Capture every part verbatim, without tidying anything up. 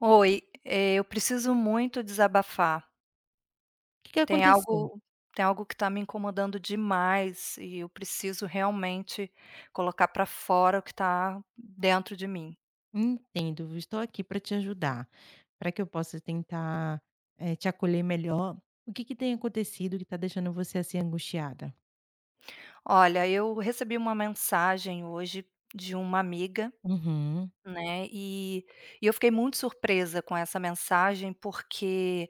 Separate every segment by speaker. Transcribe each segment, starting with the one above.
Speaker 1: Oi, eh, eu preciso muito desabafar.
Speaker 2: Que que
Speaker 1: Tem
Speaker 2: aconteceu?
Speaker 1: algo Tem algo que está me incomodando demais e eu preciso realmente colocar para fora o que está dentro de mim.
Speaker 2: Entendo, viu, estou aqui para te ajudar, para que eu possa tentar, eh, te acolher melhor. O que que tem acontecido que está deixando você, assim, angustiada?
Speaker 1: Olha, eu recebi uma mensagem hoje de uma amiga,
Speaker 2: Uhum,
Speaker 1: né, e e eu fiquei muito surpresa com essa mensagem, porque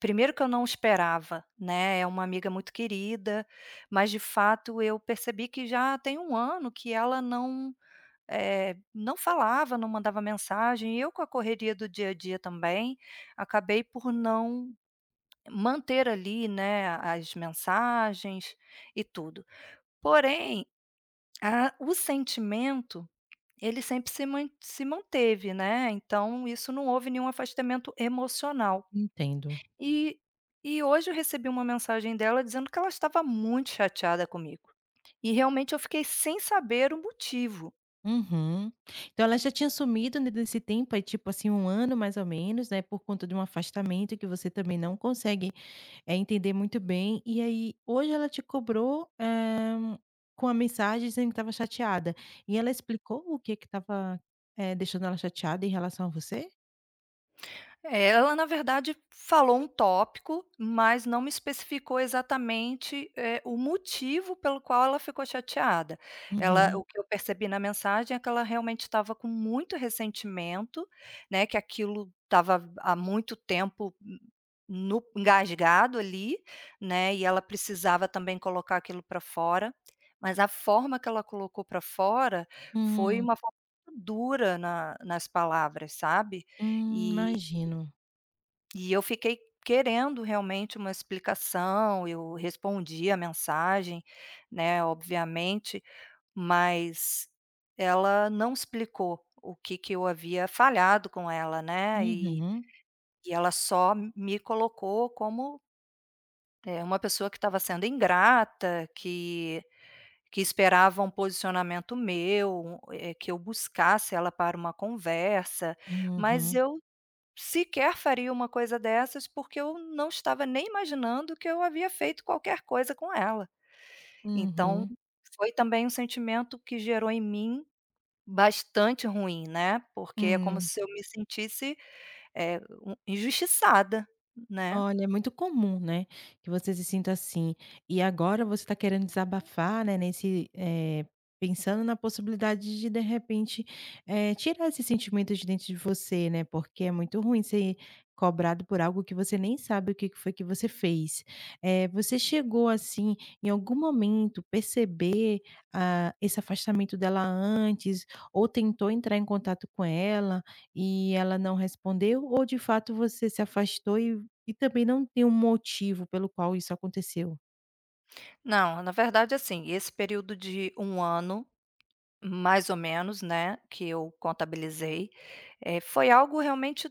Speaker 1: primeiro que eu não esperava, né, é uma amiga muito querida, mas de fato eu percebi que já tem um ano que ela não Eh, não falava, não mandava mensagem, e eu, com a correria do dia a dia também, acabei por não manter ali, né, as mensagens e tudo. Porém, a o sentimento, ele sempre se man se manteve, né, então isso, não houve nenhum afastamento emocional.
Speaker 2: entendo.
Speaker 1: E e hoje eu recebi uma mensagem dela dizendo que ela estava muito chateada comigo, e realmente eu fiquei sem saber o motivo.
Speaker 2: Uhum. Então ela já tinha sumido ne nesse tempo, aí tipo assim, um ano mais ou menos, né, por conta de um afastamento que você também não consegue É entender muito bem. E aí, hoje ela te cobrou, eh, com a mensagem dizendo que estava chateada. E ela explicou o que que estava, eh, deixando ela chateada em relação a você?
Speaker 1: É, ela na verdade falou um tópico, mas não me especificou exatamente, eh, o motivo pelo qual ela ficou chateada. Ela
Speaker 2: Uhum.
Speaker 1: O que eu percebi na mensagem é que ela realmente estava com muito ressentimento, né, que aquilo estava há muito tempo no engasgado ali, né, e ela precisava também colocar aquilo para fora, mas a forma que ela colocou para fora foi
Speaker 2: Hum,
Speaker 1: uma forma muito dura na nas palavras, sabe.
Speaker 2: hum,
Speaker 1: E
Speaker 2: imagino.
Speaker 1: e eu fiquei querendo realmente uma explicação, eu respondi a mensagem, né, obviamente, mas ela não explicou o que que eu havia falhado com ela, né, e
Speaker 2: Uhum,
Speaker 1: e ela só me colocou como, eh, uma pessoa que estava sendo ingrata, que que esperava um posicionamento meu, eh, que eu buscasse ela para uma conversa, mas
Speaker 2: uhum,
Speaker 1: eu sequer faria uma coisa dessas, porque eu não estava nem imaginando que eu havia feito qualquer coisa com ela. Então,
Speaker 2: uhum,
Speaker 1: foi também um sentimento que gerou em mim bastante ruim, né, porque é como
Speaker 2: hum.
Speaker 1: se eu me sentisse, eh, um injustiçada, né.
Speaker 2: Olha, é muito comum, né, que você se sinta assim. E agora você está querendo desabafar, né, nesse, eh, pensando na possibilidade de, de repente, eh, tirar esse sentimento de dentro de você, né, porque é muito ruim ser cobrado por algo que você nem sabe o que que foi que você fez. Eh, você chegou, assim, em algum momento perceber, ah, esse afastamento dela antes ou tentou entrar em contato com ela e ela não respondeu ou de fato você se afastou e e também não tem um motivo pelo qual isso aconteceu.
Speaker 1: Não, na verdade, assim, esse período de um ano mais ou menos, né, que eu contabilizei, eh, foi algo realmente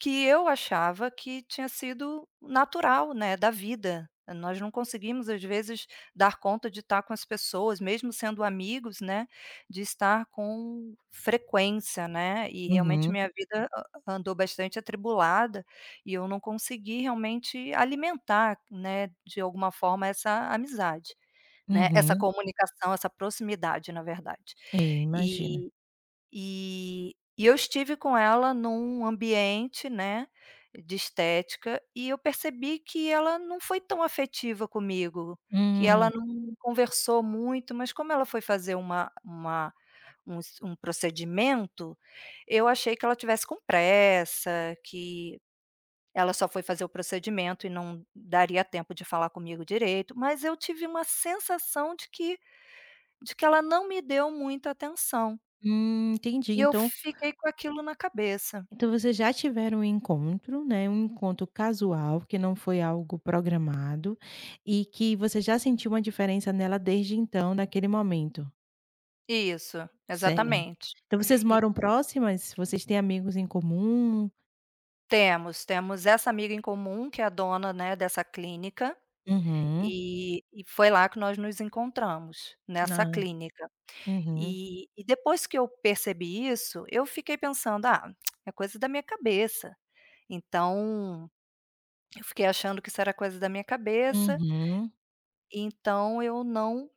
Speaker 1: que eu achava que tinha sido natural, né, da vida. Nós não conseguimos, às vezes, dar conta de estar com as pessoas, mesmo sendo amigos, né, de estar com frequência, né, e realmente
Speaker 2: Uhum,
Speaker 1: minha vida a andou bastante atribulada, e eu não consegui realmente alimentar, né, de alguma forma essa amizade. Né, essa
Speaker 2: uhum.
Speaker 1: comunicação, essa proximidade, na verdade.
Speaker 2: É, imagina.
Speaker 1: E e e eu estive com ela num ambiente, né, de estética, e eu percebi que ela não foi tão afetiva comigo, que ela
Speaker 2: Hum,
Speaker 1: não conversou muito, mas como ela foi fazer uma uma um s um procedimento, eu achei que ela tivesse com pressa, que ela só foi fazer o procedimento e não daria tempo de falar comigo direito, mas eu tive uma sensação de que de que ela não me deu muita atenção,
Speaker 2: hum, entendi.
Speaker 1: e eu
Speaker 2: Então
Speaker 1: fiquei com aquilo na cabeça.
Speaker 2: então vocês já tiveram um encontro, né, um encontro casual, que não foi algo programado, e que você já sentiu uma diferença nela desde então, naquele momento,
Speaker 1: Isso,
Speaker 2: certo.
Speaker 1: exatamente.
Speaker 2: Então vocês
Speaker 1: E
Speaker 2: moram próximas? Vocês têm amigos em comum?
Speaker 1: temos, temos essa amiga em comum que é a dona, né, dessa clínica,
Speaker 2: Uhum.
Speaker 1: e e foi lá que nós nos encontramos, nessa
Speaker 2: Ah.
Speaker 1: clínica.
Speaker 2: Uhum.
Speaker 1: E e depois que eu percebi isso, eu fiquei pensando: "Ah, é coisa da minha cabeça". Então, eu fiquei achando que isso era coisa da minha cabeça,
Speaker 2: Uhum,
Speaker 1: então eu não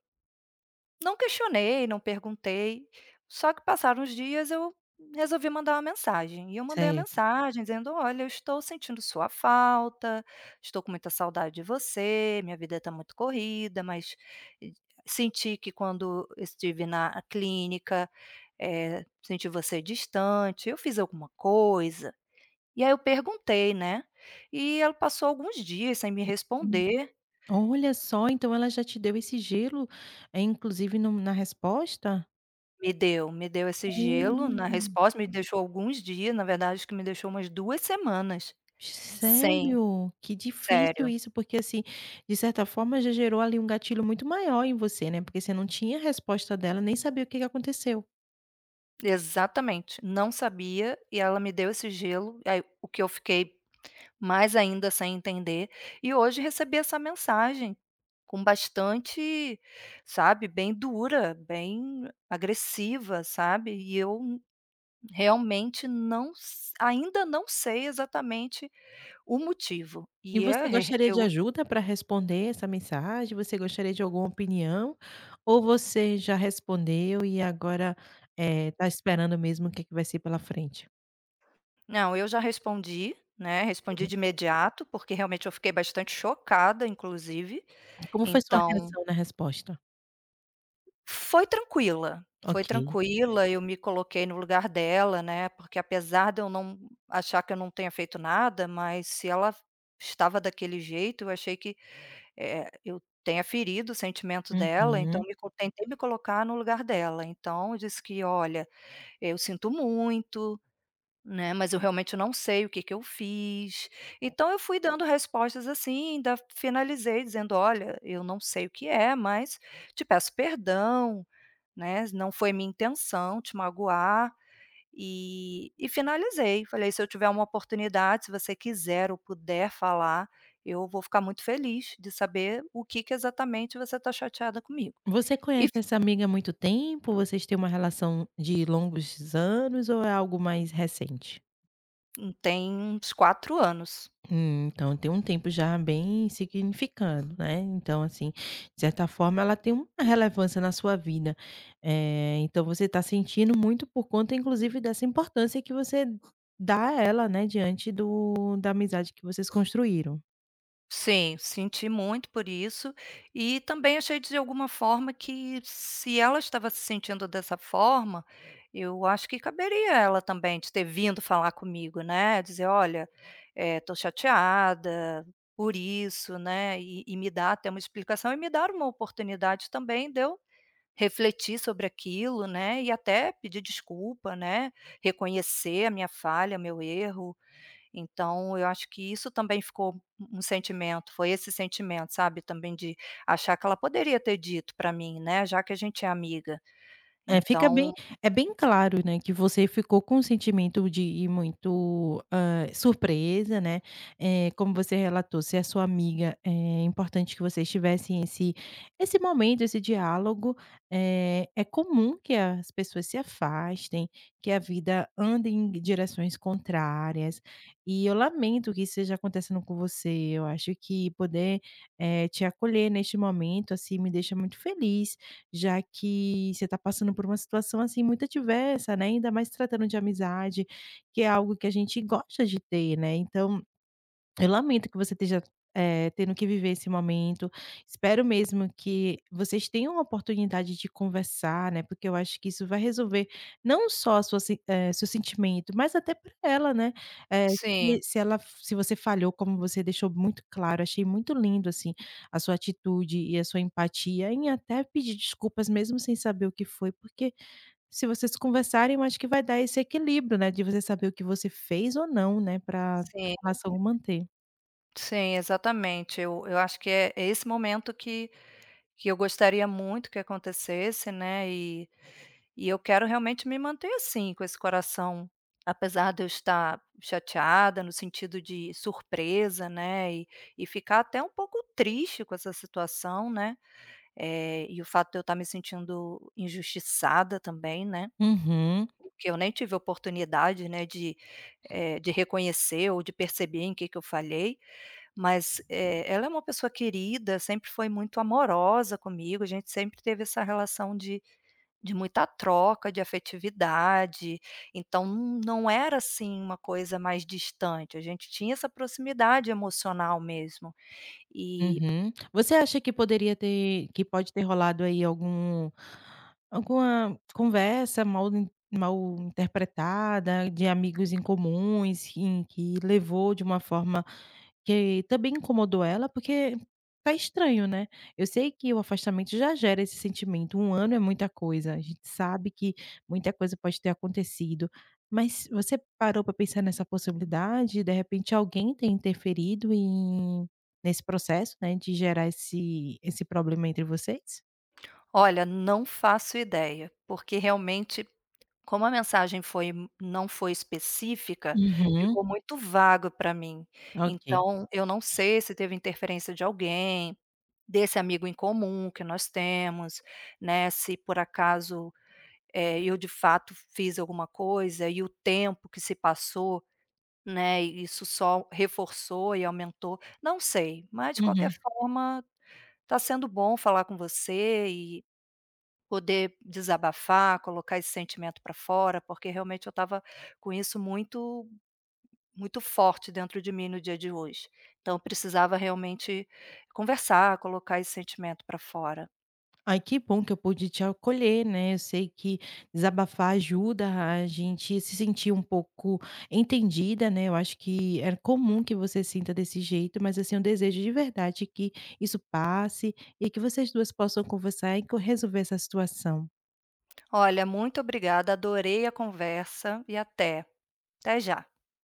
Speaker 1: Não questionei, não perguntei, só que passaram os dias, eu resolvi mandar uma mensagem, e eu mandei a
Speaker 2: certo.
Speaker 1: mensagem dizendo: "Olha, eu estou sentindo sua falta, estou com muita saudade de você, minha vida está muito corrida, mas eh, senti que quando estive na clínica, eh, senti você distante, eu fiz alguma coisa?". E aí eu perguntei, né, e ela passou alguns dias sem me responder.
Speaker 2: Olha só, então ela já te deu esse gelo, eh, inclusive no na resposta?
Speaker 1: Me deu, me deu esse gelo na
Speaker 2: Olha,
Speaker 1: resposta, me deixou alguns dias, na verdade acho que me deixou umas duas semanas sem
Speaker 2: sério? Que difícil
Speaker 1: sério.
Speaker 2: isso, porque, assim, de certa forma já gerou ali um gatilho muito maior em você, né, porque você não tinha resposta dela, nem sabia o que que aconteceu.
Speaker 1: Exatamente, não sabia e ela me deu esse gelo, aí o que eu fiquei mais ainda sem entender, e hoje recebi essa mensagem com bastante, sabe, bem dura, bem agressiva, sabe, e eu realmente não s ainda não sei exatamente o motivo.
Speaker 2: E
Speaker 1: E
Speaker 2: você
Speaker 1: é
Speaker 2: gostaria de
Speaker 1: eu
Speaker 2: ajuda para responder essa mensagem? Você gostaria de alguma opinião? Ou você já respondeu e agora, eh, tá esperando mesmo o que que vai ser pela frente?
Speaker 1: Não, eu já respondi, né, respondi
Speaker 2: Uhum.
Speaker 1: de imediato, porque realmente eu fiquei bastante chocada, inclusive.
Speaker 2: Como foi sua
Speaker 1: Então,
Speaker 2: reação na resposta?
Speaker 1: foi tranquila, foi
Speaker 2: Ok.
Speaker 1: tranquila, eu me coloquei no lugar dela, né, porque apesar de eu não achar que eu não tenha feito nada, mas se ela estava daquele jeito, eu achei que, eh, eu tenha ferido o sentimento dela, então
Speaker 2: Uhum.
Speaker 1: me co tentei me colocar no lugar dela. Então eu disse que: "Olha, eu sinto muito, né, mas eu realmente não sei o que que eu fiz". Então eu fui dando respostas, assim, ainda finalizei dizendo: "Olha, eu não sei o que é, mas te peço perdão, né, não foi minha intenção te magoar". E e finalizei, falei: "Se eu tiver uma oportunidade, se você quiser ou puder falar, eu vou ficar muito feliz de saber o que que exatamente você está chateada comigo".
Speaker 2: Você
Speaker 1: E
Speaker 2: conhece essa amiga há muito tempo? Vocês têm uma relação de longos anos ou é algo mais recente?
Speaker 1: tem uns quatro anos.
Speaker 2: Hum, então tem um tempo já bem significando, né. Então, assim, de certa forma ela tem uma relevância na sua vida. Eh, então você está sentindo muito por conta inclusive dessa importância que você dá a ela, né, diante do da amizade que vocês construíram.
Speaker 1: Sim, senti muito por isso, e também achei de alguma forma que, se ela estava se sentindo dessa forma, eu acho que caberia a ela também de ter vindo falar comigo, né, dizer: "Olha, eh, tô chateada por isso", né, e e me dar até uma explicação e me dar uma oportunidade também de eu refletir sobre aquilo, né, e até pedir desculpa, né, reconhecer a minha falha, meu erro. Então eu acho que isso também ficou um um sentimento, foi esse sentimento, sabe, também de achar que ela poderia ter dito para mim, né, já que a gente é amiga.
Speaker 2: É, fica bem
Speaker 1: Então
Speaker 2: é bem claro, né, que você ficou com um sentimento de ir muito, hã, surpresa, né, É como você relatou, se a sua amiga eh, é importante que vocês tivessem esse esse momento, esse diálogo. Eh, é comum que as pessoas se afastem, que a vida ande em direções contrárias, e eu lamento que isso esteja acontecendo com você. Eu acho que poder, eh, te acolher neste momento, assim, me deixa muito feliz já que você está passando por uma situação, assim, muito adversa, né, ainda mais tratando de amizade, que é algo que a gente gosta de ter, né, então eu lamento que você esteja, eh, tendo que viver esse momento. Espero mesmo que vocês tenham a oportunidade de conversar, né, porque eu acho que isso vai resolver não só a sua se eh, seu sentimento, mas até para ela, né. Eh, se
Speaker 1: sim,
Speaker 2: se ela se você falhou, como você deixou muito claro, achei muito lindo, assim, a sua atitude e a sua empatia em até pedir desculpas mesmo sem saber o que foi, porque se vocês conversarem, eu acho que vai dar esse equilíbrio, né, de você saber o que você fez ou não, né, para a
Speaker 1: sim,
Speaker 2: relação manter.
Speaker 1: sim, exatamente. Eu eu acho que é é esse momento que que eu gostaria muito que acontecesse, né, e e eu quero realmente me manter assim, com esse coração, apesar de eu estar chateada, no sentido de surpresa, né, e e ficar até um pouco triste com essa situação, né. Eh, e o fato de eu estar me sentindo injustiçada também, né,
Speaker 2: Uhum,
Speaker 1: que eu nem tive oportunidade, né, de, eh, de reconhecer ou de perceber em que que eu falhei, mas, eh, ela é uma pessoa querida, sempre foi muito amorosa comigo, a gente sempre teve essa relação de de muita troca, de afetividade, então não não era, assim, uma coisa mais distante, a gente tinha essa proximidade emocional mesmo. E
Speaker 2: uhum. Você acha que poderia ter que pode ter rolado aí algum alguma conversa mal in mal interpretada, de amigos incomuns, em que levou de uma forma que também incomodou ela, porque tá estranho, né. Eu sei que o afastamento já gera esse sentimento, um ano é muita coisa, a gente sabe que muita coisa pode ter acontecido, mas você parou para pensar nessa possibilidade? De repente alguém tem interferido em nesse processo, né, de gerar esse esse problema entre vocês?
Speaker 1: olha, não faço ideia, porque realmente, como a mensagem foi, hum, não foi específica, ficou
Speaker 2: Uhum,
Speaker 1: muito vago para mim.
Speaker 2: ok.
Speaker 1: Então, eu não sei se teve interferência de alguém, desse amigo em comum que nós temos, né, se por acaso, eh, eu de fato fiz alguma coisa e o tempo que se passou, né, e isso só reforçou e aumentou, não sei, mas de qualquer
Speaker 2: Uhum.
Speaker 1: forma, tá sendo bom falar com você e poder desabafar, colocar esse sentimento para fora, porque realmente eu estava com isso muito muito forte dentro de mim no dia de hoje. Então eu precisava realmente conversar, colocar esse sentimento para fora.
Speaker 2: Ai, que bom que eu pude te acolher, né. Eu sei que desabafar ajuda a gente se sentir um pouco entendida, né. Eu acho que é comum que você sinta desse jeito, mas, assim, eu desejo de verdade que isso passe e que vocês duas possam conversar e co resolver essa situação.
Speaker 1: Olha, muito obrigada, adorei a conversa e até. Até já.